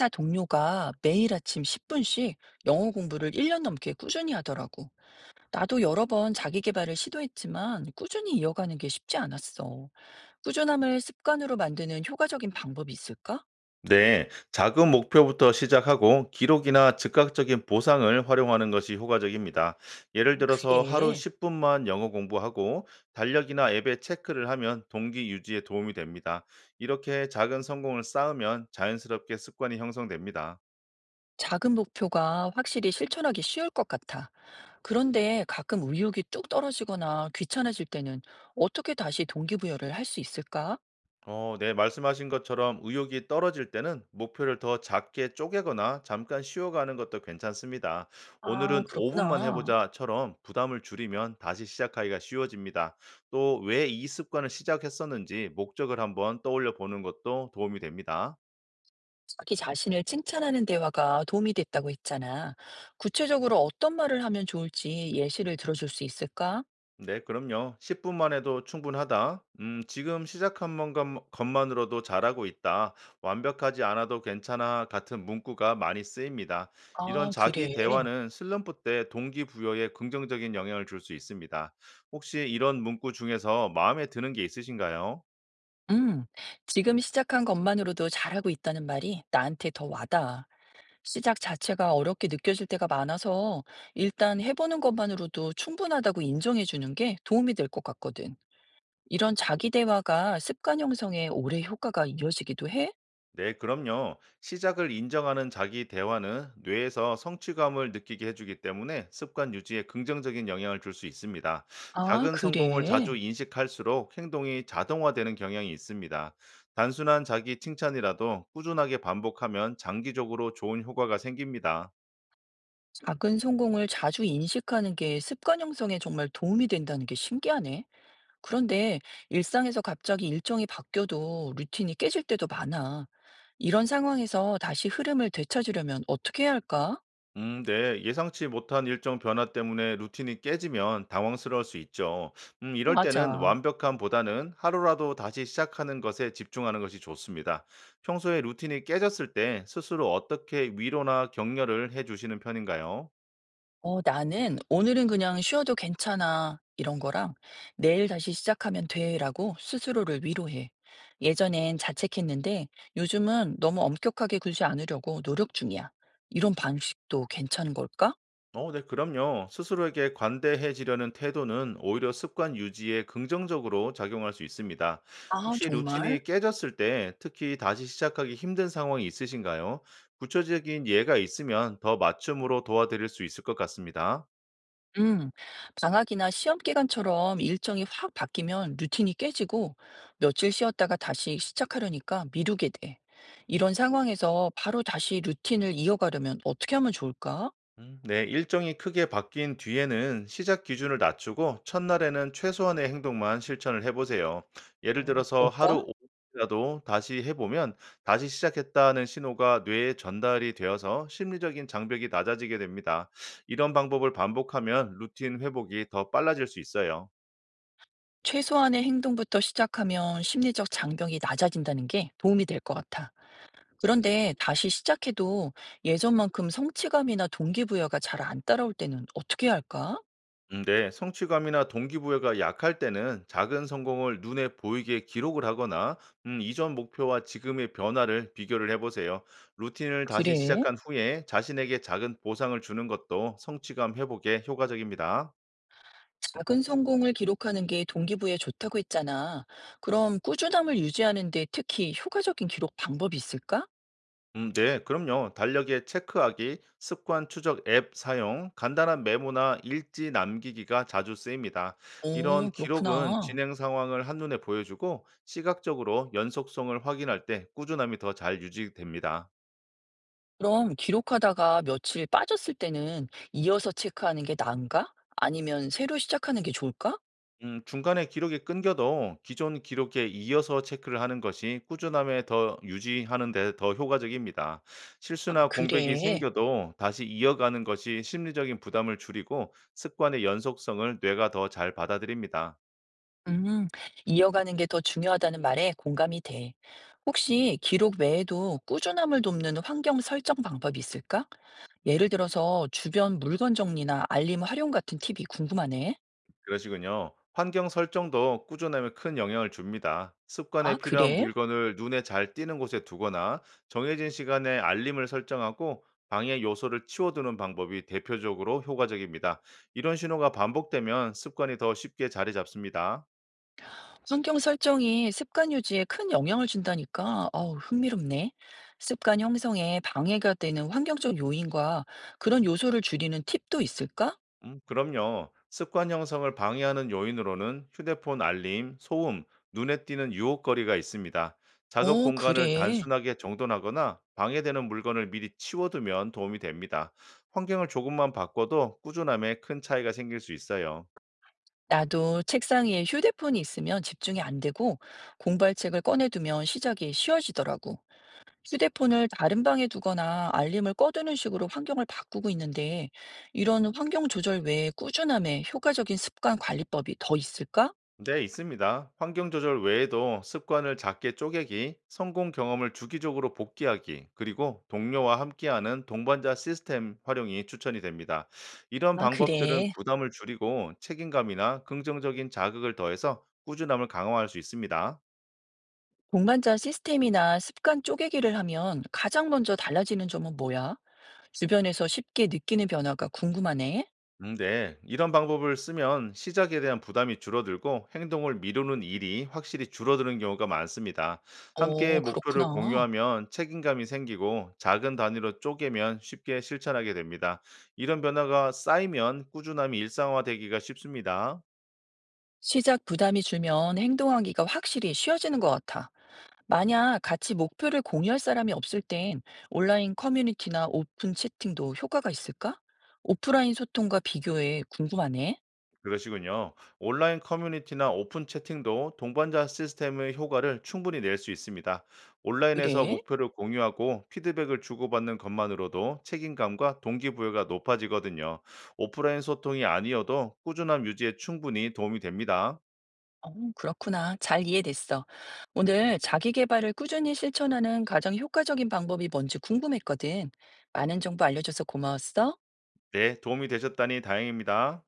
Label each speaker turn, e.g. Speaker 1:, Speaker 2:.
Speaker 1: 회사 동료가 매일 아침 10분씩 영어 공부를 1년 넘게 꾸준히 하더라고. 나도 여러 번 자기 개발을 시도했지만 꾸준히 이어가는 게 쉽지 않았어. 꾸준함을 습관으로 만드는 효과적인 방법이 있을까?
Speaker 2: 네, 작은 목표부터 시작하고 기록이나 즉각적인 보상을 활용하는 것이 효과적입니다. 예를
Speaker 1: 아,
Speaker 2: 들어서 하루
Speaker 1: 그래.
Speaker 2: 10분만 영어 공부하고 달력이나 앱에 체크를 하면 동기 유지에 도움이 됩니다. 이렇게 작은 성공을 쌓으면 자연스럽게 습관이 형성됩니다.
Speaker 1: 작은 목표가 확실히 실천하기 쉬울 것 같아. 그런데 가끔 의욕이 뚝 떨어지거나 귀찮아질 때는 어떻게 다시 동기부여를 할 수 있을까?
Speaker 2: 네, 말씀하신 것처럼 의욕이 떨어질 때는 목표를 더 작게 쪼개거나 잠깐 쉬어가는 것도 괜찮습니다.
Speaker 1: 아,
Speaker 2: 오늘은 5분만
Speaker 1: 그렇구나.
Speaker 2: 해보자처럼 부담을 줄이면 다시 시작하기가 쉬워집니다. 또 왜 이 습관을 시작했었는지 목적을 한번 떠올려 보는 것도 도움이 됩니다.
Speaker 1: 자기 자신을 칭찬하는 대화가 도움이 됐다고 했잖아. 구체적으로 어떤 말을 하면 좋을지 예시를 들어줄 수 있을까?
Speaker 2: 네, 그럼요. 10분만 해도 충분하다. 지금 것만으로도 잘하고 있다. 완벽하지 않아도 괜찮아 같은 문구가 많이 쓰입니다. 이런
Speaker 1: 아,
Speaker 2: 자기
Speaker 1: 그래.
Speaker 2: 대화는 슬럼프 때 동기부여에 긍정적인 영향을 줄 수 있습니다. 혹시 이런 문구 중에서 마음에 드는 게 있으신가요?
Speaker 1: 음, 지금 시작한 것만으로도 잘하고 있다는 말이 나한테 더 와닿아. 시작 자체가 어렵게 느껴질 때가 많아서 일단 해보는 것만으로도 충분하다고 인정해 주는 게 도움이 될 것 같거든. 이런 자기 대화가 습관 형성에 오래 효과가 이어지기도 해?
Speaker 2: 네, 그럼요. 시작을 인정하는 자기 대화는 뇌에서 성취감을 느끼게 해주기 때문에 습관 유지에 긍정적인 영향을 줄 수 있습니다.
Speaker 1: 아,
Speaker 2: 작은 성공을 자주
Speaker 1: 그래.
Speaker 2: 인식할수록 행동이 자동화되는 경향이 있습니다. 단순한 자기 칭찬이라도 꾸준하게 반복하면 장기적으로 좋은 효과가 생깁니다.
Speaker 1: 작은 성공을 자주 인식하는 게 습관 형성에 정말 도움이 된다는 게 신기하네. 그런데 일상에서 갑자기 일정이 바뀌어도 루틴이 깨질 때도 많아. 이런 상황에서 다시 흐름을 되찾으려면 어떻게 해야 할까?
Speaker 2: 네. 예상치 못한 일정 변화 때문에 루틴이 깨지면 당황스러울 수 있죠. 이럴 때는
Speaker 1: 맞아.
Speaker 2: 완벽함보다는 하루라도 다시 시작하는 것에 집중하는 것이 좋습니다. 평소에 루틴이 깨졌을 때 스스로 어떻게 위로나 격려를 해 주시는 편인가요?
Speaker 1: 어, 나는 오늘은 그냥 쉬어도 괜찮아. 이런 거랑 내일 다시 시작하면 돼라고 스스로를 위로해. 예전엔 자책했는데 요즘은 너무 엄격하게 굴지 않으려고 노력 중이야. 이런 방식도 괜찮은 걸까?
Speaker 2: 네, 그럼요. 스스로에게 관대해지려는 태도는 오히려 습관 유지에 긍정적으로 작용할 수 있습니다.
Speaker 1: 아
Speaker 2: 혹시
Speaker 1: 정말?
Speaker 2: 루틴이 깨졌을 때 특히 다시 시작하기 힘든 상황이 있으신가요? 구체적인 예가 있으면 더 맞춤으로 도와드릴 수 있을 것 같습니다.
Speaker 1: 음. 방학이나 시험 기간처럼 일정이 확 바뀌면 루틴이 깨지고 며칠 쉬었다가 다시 시작하려니까 미루게 돼. 이런 상황에서 바로 다시 루틴을 이어가려면 어떻게 하면 좋을까?
Speaker 2: 네, 일정이 크게 바뀐 뒤에는 시작 기준을 낮추고 첫날에는 최소한의 행동만 실천을 해보세요. 예를
Speaker 1: 그
Speaker 2: 들어서
Speaker 1: 럴
Speaker 2: 하루
Speaker 1: 까
Speaker 2: 5분이라도 다시 해보면 다시 시작했다는 신호가 뇌에 전달이 되어서 심리적인 장벽이 낮아지게 됩니다. 이런 방법을 반복하면 루틴 회복이 더 빨라질 수 있어요.
Speaker 1: 최소한의 행동부터 시작하면 심리적 장벽이 낮아진다는 게 도움이 될 것 같아. 그런데 다시 시작해도 예전만큼 성취감이나 동기부여가 잘 안 따라올 때는 어떻게 해야 할까?
Speaker 2: 네, 성취감이나 동기부여가 약할 때는 작은 성공을 눈에 보이게 기록을 하거나 이전 목표와 지금의 변화를 비교를 해보세요. 루틴을 다시
Speaker 1: 그래.
Speaker 2: 시작한 후에 자신에게 작은 보상을 주는 것도 성취감 회복에 효과적입니다.
Speaker 1: 작은 성공을 기록하는 게 동기부여에 좋다고 했잖아. 그럼 꾸준함을 유지하는데 특히 효과적인 기록 방법이 있을까?
Speaker 2: 네, 그럼요. 달력의 체크하기, 습관 추적 앱 사용, 간단한 메모나 일지 남기기가 자주 쓰입니다. 이런
Speaker 1: 오,
Speaker 2: 기록은
Speaker 1: 그렇구나.
Speaker 2: 진행 상황을 한눈에 보여주고 시각적으로 연속성을 확인할 때 꾸준함이 더 잘 유지됩니다.
Speaker 1: 그럼 기록하다가 며칠 빠졌을 때는 이어서 체크하는 게 나은가? 아니면 새로 시작하는 게 좋을까?
Speaker 2: 중간에 기록이 끊겨도 기존 기록에 이어서 체크를 하는 것이 꾸준함에 더 유지하는 데 더 효과적입니다.
Speaker 1: 아,
Speaker 2: 실수나 공백이
Speaker 1: 그래.
Speaker 2: 생겨도 다시 이어가는 것이 심리적인 부담을 줄이고 습관의 연속성을 뇌가 더 잘 받아들입니다.
Speaker 1: 음, 이어가는 게 더 중요하다는 말에 공감이 돼. 혹시 기록 외에도 꾸준함을 돕는 환경 설정 방법이 있을까? 예를 들어서 주변 물건 정리나 알림 활용 같은 팁이 궁금하네.
Speaker 2: 그러시군요. 환경 설정도 꾸준함에 큰 영향을 줍니다. 습관에
Speaker 1: 아,
Speaker 2: 필요한
Speaker 1: 그래?
Speaker 2: 물건을 눈에 잘 띄는 곳에 두거나 정해진 시간에 알림을 설정하고 방해 요소를 치워두는 방법이 대표적으로 효과적입니다. 이런 신호가 반복되면 습관이 더 쉽게 자리 잡습니다.
Speaker 1: 환경 설정이 습관 유지에 큰 영향을 준다니까? 어우, 흥미롭네. 습관 형성에 방해가 되는 환경적 요인과 그런 요소를 줄이는 팁도 있을까?
Speaker 2: 그럼요. 습관 형성을 방해하는 요인으로는 휴대폰 알림, 소음, 눈에 띄는 유혹거리가 있습니다. 작업
Speaker 1: 어,
Speaker 2: 공간을
Speaker 1: 그래.
Speaker 2: 단순하게 정돈하거나 방해되는 물건을 미리 치워두면 도움이 됩니다. 환경을 조금만 바꿔도 꾸준함에 큰 차이가 생길 수 있어요.
Speaker 1: 나도 책상 위에 휴대폰이 있으면 집중이 안 되고 공부할 책을 꺼내두면 시작이 쉬워지더라고. 휴대폰을 다른 방에 두거나 알림을 꺼두는 식으로 환경을 바꾸고 있는데 이런 환경 조절 외에 꾸준함에 효과적인 습관 관리법이 더 있을까?
Speaker 2: 네, 있습니다. 환경 조절 외에도 습관을 작게 쪼개기, 성공 경험을 주기적으로 복귀하기, 그리고 동료와 함께하는 동반자 시스템 활용이 추천이 됩니다. 이런
Speaker 1: 아,
Speaker 2: 방법들은
Speaker 1: 그래.
Speaker 2: 부담을 줄이고 책임감이나 긍정적인 자극을 더해서 꾸준함을 강화할 수 있습니다.
Speaker 1: 동반자 시스템이나 습관 쪼개기를 하면 가장 먼저 달라지는 점은 뭐야? 주변에서 쉽게 느끼는 변화가 궁금하네.
Speaker 2: 네. 이런 방법을 쓰면 시작에 대한 부담이 줄어들고 행동을 미루는 일이 확실히 줄어드는 경우가 많습니다. 함께
Speaker 1: 어,
Speaker 2: 목표를
Speaker 1: 그렇구나.
Speaker 2: 공유하면 책임감이 생기고 작은 단위로 쪼개면 쉽게 실천하게 됩니다. 이런 변화가 쌓이면 꾸준함이 일상화되기가 쉽습니다.
Speaker 1: 시작 부담이 줄면 행동하기가 확실히 쉬워지는 것 같아. 만약 같이 목표를 공유할 사람이 없을 땐 온라인 커뮤니티나 오픈 채팅도 효과가 있을까? 오프라인 소통과 비교해 궁금하네.
Speaker 2: 그러시군요. 온라인 커뮤니티나 오픈 채팅도 동반자 시스템의 효과를 충분히 낼 수 있습니다. 온라인에서
Speaker 1: 그래.
Speaker 2: 목표를 공유하고 피드백을 주고받는 것만으로도 책임감과 동기부여가 높아지거든요. 오프라인 소통이 아니어도 꾸준함 유지에 충분히 도움이 됩니다.
Speaker 1: 어, 그렇구나. 잘 이해됐어. 오늘 자기 개발을 꾸준히 실천하는 가장 효과적인 방법이 뭔지 궁금했거든. 많은 정보 알려줘서 고마웠어.
Speaker 2: 네, 도움이 되셨다니 다행입니다.